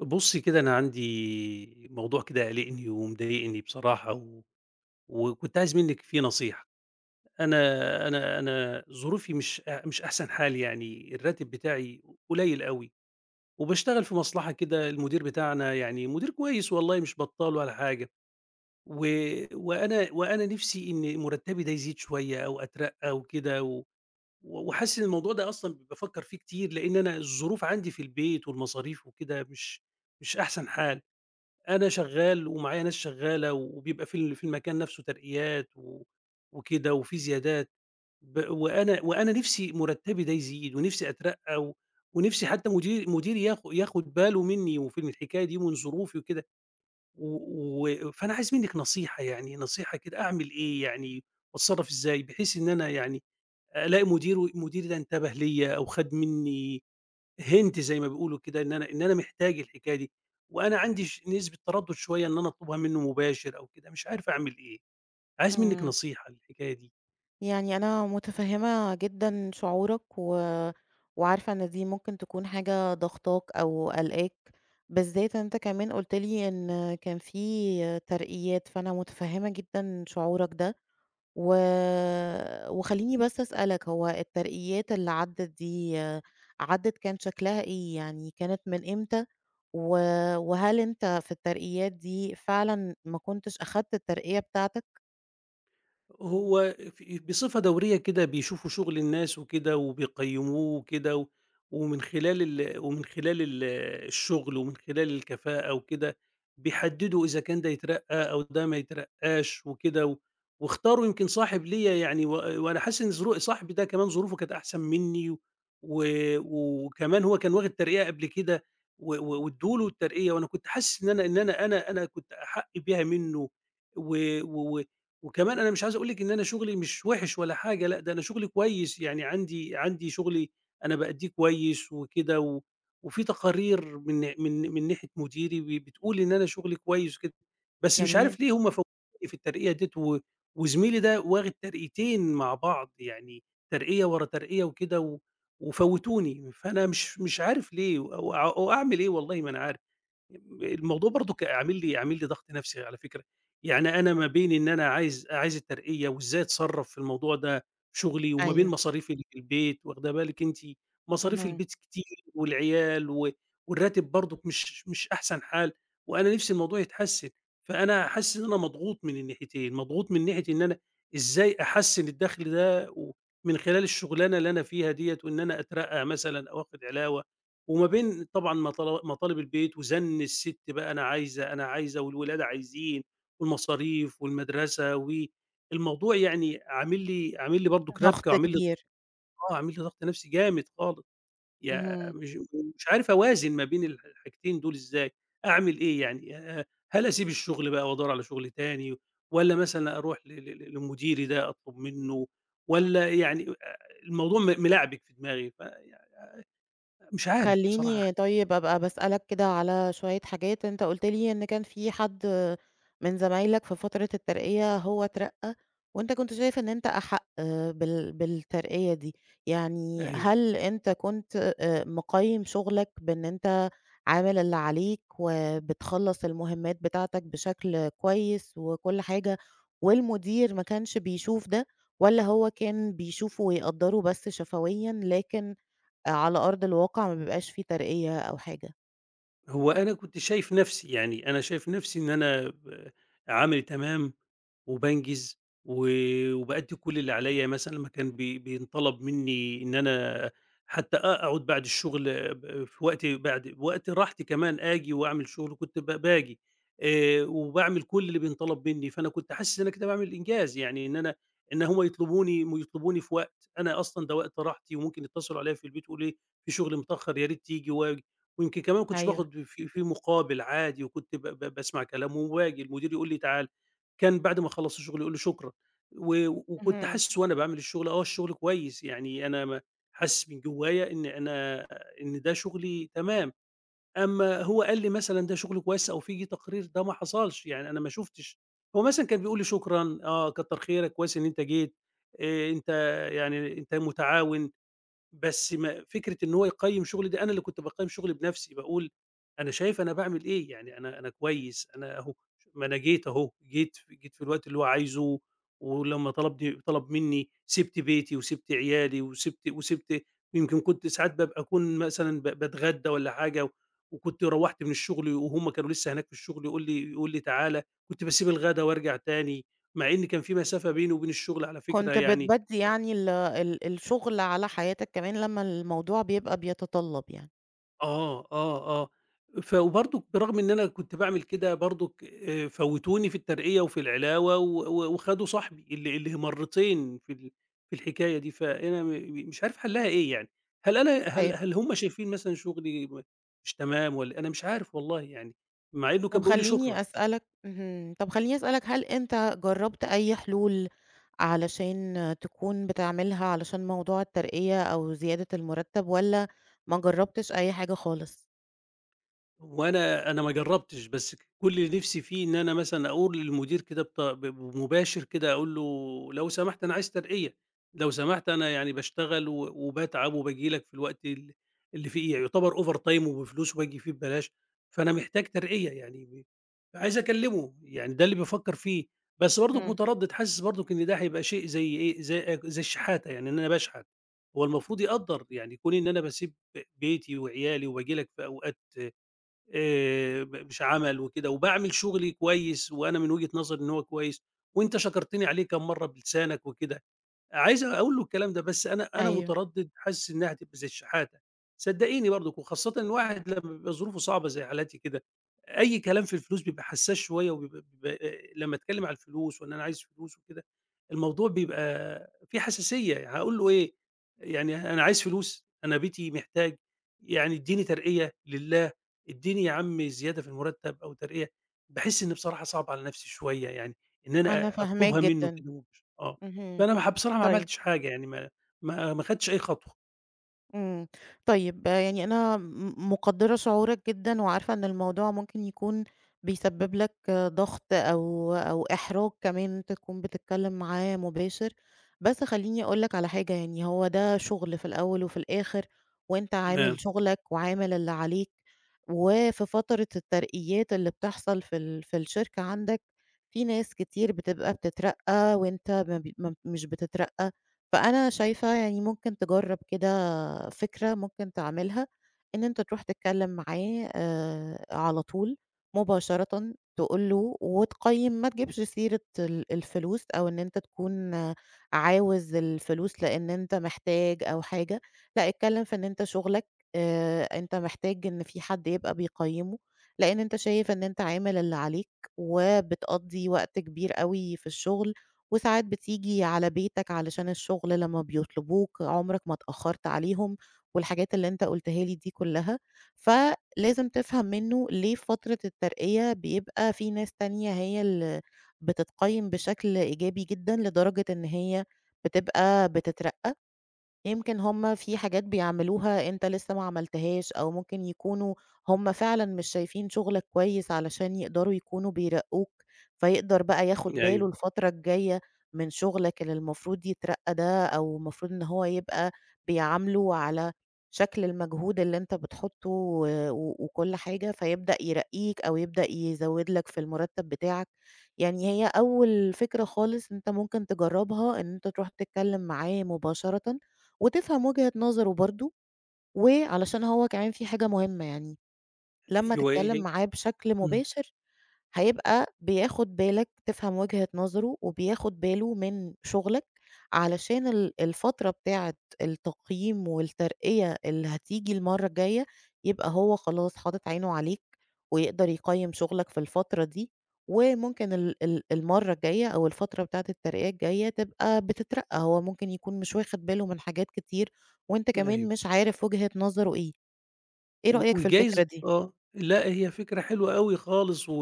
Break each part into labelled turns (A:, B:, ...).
A: بُصّي كده أنا عندي موضوع كده قالقني ومضايقني بصراحة و وكنت عايز منِّك فيه نصيحة. أنا أنا ظروفي مش أحسن حال يعني، الراتب بتاعي قليل أوي وباشتغل في مصلحة كده المدير بتاعنا يعني مدير كويس والله مش بَطّال ولا حاجة و وأنا وأنا نِفْسي إن مُرتّبي ده يزيد شوية أو أترقّى وكده وحاسس إن الموضوع ده أصلًا بافكّر فيه كتير لإن أنا الظروف عندي في البيت والمصاريف وكده مش أحسن حال. أنا شغّال ومعايا ناس شغّالة وبيبقى في المكان نَفْسه ترقيات وكده وفي زيادات ب وأنا وأنا نِفْسي مُرتّبي ده يزيد ونِفْسي أترقّى ونِفْسي حتّى مدير مديري ياخُد باله منّي وفي الحكاية دي ومن ظروفي وكده و و فأنا عايز منِّك نصيحة يعني نصيحة كده أعمل إيه يعني، وأتصرّف إزاي بحيث إن أنا يعني ألاقي مدير مديري ده انتبه ليّا أو خَد منّي hint زي ما بيقولوا كده إن أنا محتاج الحكاية دي، وأنا عندي نسبة تردد شوية إن أنا أطلبها منه مباشر أو كده، مش عارف أعمل إيه؟ عايز منِّك
B: إمم،
A: نصيحة للحكاية دي.
B: يعني أنا متفهمة جدًا شعورك، و وعارفة إن دي ممكن تكون حاجة ضاغطاك أو قالقاك، بالذات أنت كمان قُلت لي إن كان في ترقيات، فأنا متفهمة جدًا شعورك ده، و وخلّيني بس أسألك هو الترقيات اللي عدّت دي عدّت كان شكلها إيه؟ يعني كانت من إمتى؟ و وهل أنت في الترقيات دي فعلًا ما كنتش أخدت الترقية بتاعتك؟
A: هو في بصفة دورية كده بيشوفوا شغل الناس وكده وبيقيموه وكده ومن خلال الشغل ومن خلال الكفاءة وكده بيحددوا إذا كان ده يترقى أو ده ما يترقاش وكده، واختاروا يمكن صاحب ليا يعني، وأنا حاسس إن ظروف صاحبي ده كمان ظروفه كانت أحسن مني، و- وكمان هو كان واخد ترقية قبل كده، وادوله الترقية وأنا كنت حاسس إن أنا كنت أحق بيها منه، و... و... وكمان أنا مش عايز أقول لِك إن أنا شغلي مش وِحِش ولا حاجة، لأ، ده أنا شغلي كويس، يعني عندي شغلي أنا بأدّيه كويس وكده وفي تقارير من ناحية مديري بتقول إن أنا شغلي كويس وكده، بس مش
B: جميل.
A: عارف ليه هم فوّقوني في الترقية ديّة وزميلي ده واخد ترقيتين مع بعض، يعني ترقية ورا ترقية وكده وفوّتوني، فأنا مش عارف ليه، و وأع وأعمل إيه والله ما أنا عارف. الموضوع برضه ك عامل لي عامل لي ضغط نفسي على فكرة، يعني أنا ما بين إن أنا عايز الترقية وإزاي أتصرّف في الموضوع ده في شغلي، وما بين
B: أيوه.
A: مصاريفي اللي في البيت واخدة بالِك أنتِ، مصاريف
B: اهم.
A: البيت كتير والعيال، والراتب برضُك مش أحسن حال، وأنا نفسي الموضوع يتحسّن، فأنا حاسس إن أنا مضغوط من الناحيتين، مضغوط من ناحية إن أنا إزاي أحسّن الدخل ده، و من خلال الشغلانة اللي أنا فيها ديّة وإن أنا أترقّى مثلًا أو آخد علاوة، وما بين طبعًا مطالب البيت وزن الست بقى أنا عايزة، أنا عايزة، والولاد عايزين، والمصاريف والمدرسة، و الموضوع يعني عامل لي برضك ربكة،
B: ضغط
A: وعامل لي
B: كبير.
A: آه، عامل لي ضغط نفسي جامد خالص، يا
B: اهم.
A: مش مش عارف أوازن ما بين الحاجتين دول إزاي، أعمل إيه يعني؟ هل أسيب الشغل بقى وأدوّر على شغل تاني، والّا مثلًا أروح ل ل ل لمديري ده أطلب منه، والّا يعني، الموضوع ملعبك في دماغي، فيعني مش عارف بصراحة.
B: خلّيني طيب أبقى باسألك كده على شوية حاجات. أنت قُلت لي إن كان في حد من زمايلك في فترة الترقية هو اترقى، وأنت كنت شايف إن أنت أحق بالترقية دي، يعني
A: أيوه.
B: هل أنت كنت مقيّم شغلك بإن أنت عامل اللي عليك وبتخلّص المهمات بتاعتك بشكل كويس وكل حاجة، والمدير ما كانش بيشوف ده، والّا هو كان بيشوفه ويقدّره بس شفويًا لكن على أرض الواقع ما بيبقاش في ترقية أو حاجة.
A: هو أنا كنت شايف نفسي، يعني أنا شايف نفسي إن أنا عامل تمام وبانجز و وبأدّي كل اللي عليّا، مثلًا لمّا كان بينطلب منّي إن أنا حتى أقعد بعد الشغل في وقت بعد وقت راحتي كمان آجي وأعمل شغل كنت باجي، وباعمل كل اللي بينطلب منّي، فأنا كنت حاسس إن أنا كده باعمل إنجاز، يعني إن هم يطلبوني في وقت، أنا أصلًا ده وقت راحتي وممكن يتصلوا عليّا في البيت ويقولوا لي في شغل متأخّر يا ريت تيجي، ويمكن كمان ما كنتش
B: أيوه.
A: باخد في مقابل عادي، وكنت ب ب باسمع كلامه، وآجي المدير يقول لي: "تعالَ." كان بعد ما أخلّص الشغل يقول لي: "شكرًا." و وكنت
B: اهم.
A: حاسس وأنا باعمل الشغل، الشغل كويس، يعني أنا ما حاسس من جوايا إن ده شغلي تمام، أمّا هو قال لي مثلًا ده شغل كويس أو في تقرير، ده ما حصلش، يعني أنا ما شُفتش، هو مثلًا كان بيقول لي: "شكرًا، آه، كتّر خيرك، كويس إن أنت جيت، أنت يعني أنت متعاون." بس ما فكرة إن هو يقيّم شغلي دي، أنا اللي كنت باقيّم شغلي بنفسي، باقول أنا شايف أنا باعمل إيه، يعني أنا كويس، أنا أهو، ما أنا جيت أهو، جيت في الوقت اللي هو عايزه، ولمّا طلبني طلب مني سِبت بيتي وسِبت عيالي وسِبت، يمكن كنت ساعات بابقى أكون مثلًا باتغدى والّا حاجة، وكنت روّحت من الشغل وهُم كانوا لسه هناك في الشغل، يقول لي تعالَ، كنت باسيب الغدا وارجع تاني، مع إن كان في مسافة بيني وبين الشغل على فكرة
B: كنت
A: يعني.
B: بتبدّي يعني ال ال الشغل على حياتك كمان لمّا الموضوع بيبقى بيتطلّب يعني.
A: آه، آه، آه. وبرضُك برغم إن أنا كنت باعمل كده برضُك فوّتوني في الترقية وفي العلاوة، و و وخدوا صاحبي اللي مرّتين في الحكاية دي، فأنا مش عارف حلّها إيه يعني. هل أنا هل
B: أيوه.
A: هل هم شايفين مثلًا شُغلي مش تمام، والّا أنا مش عارف والله يعني، مع إنه كان
B: طب
A: بيقول لي شكرًا.
B: خلّيني أسألك اهم، طب خلّيني أسألك هل أنت جرّبت أي حلول علشان تكون بتعملها علشان موضوع الترقية أو زيادة المرتّب والّا ما جرّبتش أي حاجة خالص؟
A: هو أنا ما جرّبتش، بس كل اللي نِفْسي فيه إن أنا مثلًا أقول للمدير كده بط ب بمباشر كده أقول له: "لو سمحت أنا عايز ترقية، لو سمحت أنا يعني باشتغل وباتعب وباجي لك في الوقت اللي فيه إيه، يعتبر overtime وبفلوس وباجي فيه ببلاش، فأنا محتاج ترقية." يعني عايز أكلّمه، يعني ده اللي بافكّر فيه، بس برضُك
B: إمم،
A: متردّد، حاسس برضُك إن ده هيبقى شيء زي إيه، زي الشحاتة، يعني إن أنا باشحت. هو المفروض يقدّر، يعني كون إن أنا باسيب بيتي وعيالي وباجي لك في أوقات ب مش عمل وكده، وباعمل شغلي كويس وأنا من وجهة نظري إن هو كويس، وأنت شكرتني عليه كام مرّة بلسانك وكده، عايز أقول له الكلام ده، بس أنا
B: أيوه.
A: متردد، حاسس إنها هتبقى زي الشحاتة، صدقيني برضك، وخاصةً الواحد لمّا بيبقى ظروفه صعبة زي حالاتي كده، أي كلام في الفلوس بيبقى حساس شوية، وبيبقى لمّا أتكلم على الفلوس وإن أنا عايز فلوس وكده، الموضوع بيبقى فيه حساسية، يعني هاقول له إيه؟ يعني أنا عايز فلوس، أنا بيتي محتاج، يعني ادّيني ترقية لله، ادّيني يا عم زيادة في المرتب أو ترقية، باحس إن بصراحة صعب على نفسي شوية يعني، إن
B: أنا
A: أنا
B: فاهماك
A: أطلبها منه
B: جدًا.
A: كده مباشر آه.
B: اهم.
A: فأنا ما ح بصراحة ما
B: طيب.
A: عملتش حاجة، يعني ما خدتش أي خطوة.
B: إمم، طيب آه، يعني أنا مقدّرة شعورك جدًا، وعارفة إن الموضوع ممكن يكون بيسبب لك آه، ضغط أو إحراج كمان إن أنت تكون بتتكلم معاه مباشر، بس خلّيني أقول لك على حاجة يعني هو ده شغل في الأول وفي الآخر، وأنت
A: تمام،
B: عامل شغلك وعامل اللي عليك، وفي فترة الترقيات اللي بتحصل في في الشركة عندك، في ناس كتير بتبقى بتترقى وأنت ما مش بتترقى. فأنا شايفة يعني ممكن تجرّب كده فكرة ممكن تعملها، إن أنت تروح تتكلّم معاه على طول مباشرةً، تقول له وتقيّم ما تجيبش سيرة الفلوس أو إن أنت تكون آه، عاوز الفلوس لإن أنت محتاج أو حاجة، لأ اتكلّم في إن أنت شغلك، أنت محتاج إن في حد يبقى بيقيّمه، لإن أنت شايف إن أنت عامل اللي عليك وبتقضّي وقت كبير أوي في الشغل. وساعات بتيجي على بيتك علشان الشغل لمّا بيطلبوك، عمرك ما اتأخّرت عليهم، والحاجات اللي أنت قُلتها لي دي كلّها، فلازم تفهم منّه ليه في فترة الترقية بيبقى في ناس تانية هي اللي بتتقيّم بشكل إيجابي جدًا لدرجة إن هي بتبقى بتترقّى. يمكن هُم في حاجات بيعملوها أنت لسه ما عملتهاش، أو ممكن يكونوا هُم فعلًا مش شايفين شغلك كويس علشان يقدروا يكونوا بيرقّوك، فيقدر بقى ياخد باله
A: أيوه،
B: الفترة الجاية من شغلك اللي المفروض يترقّى ده، أو المفروض إن هو يبقى بيعامله على شكل المجهود اللي أنت بتحطّه وكل حاجة، فيبدأ يرقّيك أو يبدأ يزوّد لك في المرتب بتاعك. يعني هي أول فكرة خالص أنت ممكن تجرّبها إن أنت تروح تتكلم معاه مباشرةً وتفهم وجهة نظره برضه، وعلشان هو كمان في حاجة مهمة يعني، لمّا
A: أيوه، إيه
B: تتكلّم
A: هي؟
B: معاه بشكل
A: إمم،
B: مباشر هيبقى بياخد بالك تفهم وجهة نظره وبياخد باله من شغلك علشان الفترة بتاعة التقييم والترقية اللي هتيجي المرّة الجاية، يبقى هو خلاص حاطط عينه عليك ويقدر يقيّم شغلك في الفترة دي، وممكن ال ال المرّة الجاية أو الفترة بتاعة الترقية الجاية تبقى بتترقى، هو ممكن يكون مش واخد باله من حاجات كتير وأنت كمان
A: أيوه.
B: مش عارف وجهة نظره إيه. إيه
A: و
B: رأيك في
A: وجايز
B: الفكرة دي؟
A: آه، لأ، هي فكرة حلوة أوي خالص و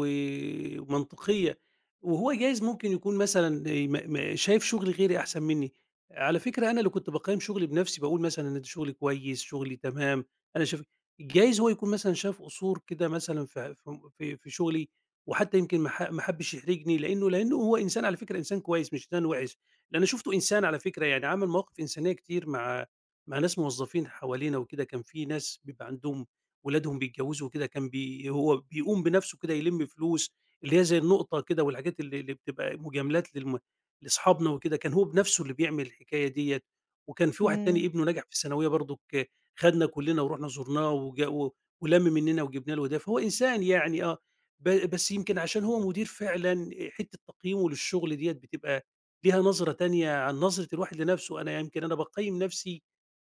A: ومنطقية، وهو جايز ممكن يكون مثلًا م م شايف شغل غيري أحسن مني، على فكرة أنا اللي كنت باقيّم شغلي بنفسي، باقول مثلًا إن ده شغلي كويس، شغلي تمام، أنا شايف جايز هو يكون مثلًا شاف قصور كده مثلًا في شغلي، وحتى يمكن ما حبش يحرجني، لأنه هو إنسان على فكرة إنسان كويس مش إنسان وِحِش، لأن شُفته إنسان على فكرة يعني عمل مواقف إنسانية كتير مع ناس موظفين حوالينا وكده، كان في ناس بيبقى عندهم ولادهم بيتجوزوا وكده، كان هو بيقوم بنفسه كده يلم فلوس، اللي هي زي النقطة كده، والحاجات اللي بتبقى مجاملات لأصحابنا وكده، كان هو بنفسه اللي بيعمل الحكاية ديّة، وكان في واحد تاني
B: إمم.
A: ابنه نجح في الثانوية برضُك، خدنا كلّنا ورُحنا زُرناه، وج و ولَم مننا وجبنا له هدايا، فهو إنسان يعني. آه، ب بس يمكن عشان هو مدير فعلًا، حتّة تقييمه للشغل ديّة بتبقى ليها نظرة تانية عن نظرة الواحد لنفسه، أنا يمكن أنا باقيّم نفسي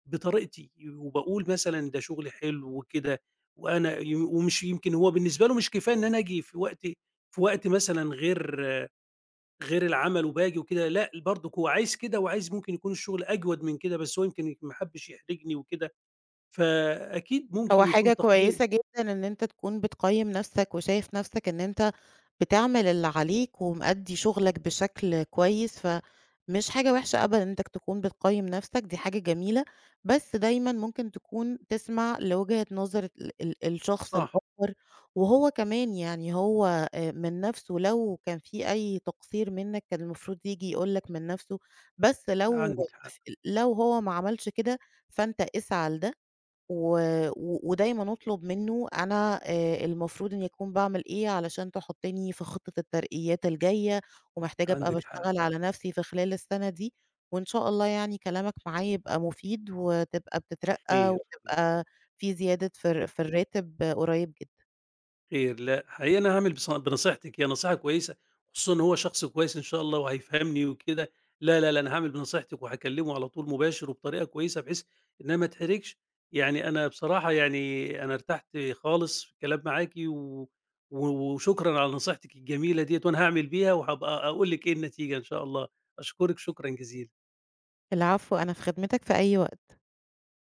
A: بطريقتي، وباقول مثلًا ده شغل حلو وكده. وأنا ي ومش يمكن هو بالنسبة له مش كفاية إن أنا آجي في وقت مثلًا غير العمل وباجي وكده، لأ برضك هو عايز كده، وعايز ممكن يكون الشغل أجود من كده، بس هو يمكن ما حبّش يحرجني وكده، فأكيد ممكن
B: هو حاجة
A: يكون تقييم.
B: كويسة جدًا إن أنت تكون بتقيّم نفسك وشايف نفسك إن أنت بتعمل اللي عليك ومأدّي شغلك بشكل كويس، فمش حاجة وحشة أبدًا إن أنت تكون بتقيّم نفسك، دي حاجة جميلة، بس دايمًا ممكن تكون تسمع لوجهة نظر ال ال الشخص
A: صح،
B: الآخر، وهو كمان يعني هو من نفسه لو كان في أي تقصير منك كان المفروض ييجي يقول لك من نفسه، بس لو
A: عندِك حق،
B: لو هو ما عملش كده فأنت اسعى لده. و و ودايمًا أطلب منّه أنا المفروض إنّي أكون باعمل إيه علشان تحطّني في خطة الترقيات الجاية، ومحتاجة أبقى
A: عندِك حق،
B: باشتغل على نَفْسي في خلال السَنة دي، وإن شاء الله يعني كلامك معايا يبقى مفيد وتبقى بتترقّى
A: خير، خير.
B: وتبقى في زيادة في في الراتب آه، قريّب جدًا.
A: خير، لأ، حقيقي أنا هاعمل بنصيحتِك، هي نصيحة كويسة، خصوصًا إن هو شخص كويس إن شاء الله وهيفهمني وكده. لا، لا، لا، أنا هاعمل بنصيحتِك وهاكلمه على طول مباشر وبطريقة كويسة بحيث إنها ما تحرجش. يعني أنا بصراحة، يعني أنا ارتحت خالص في الكلام معاكِ، و و وشكرًا على نصيحتِك الجميلة ديّة، وأنا هاعمل بيها وهابقى أقول لِك إيه النتيجة إن شاء الله. أشكرِك شكرًا جزيلًا.
B: العفو، أنا في خدمتك في أي وقت.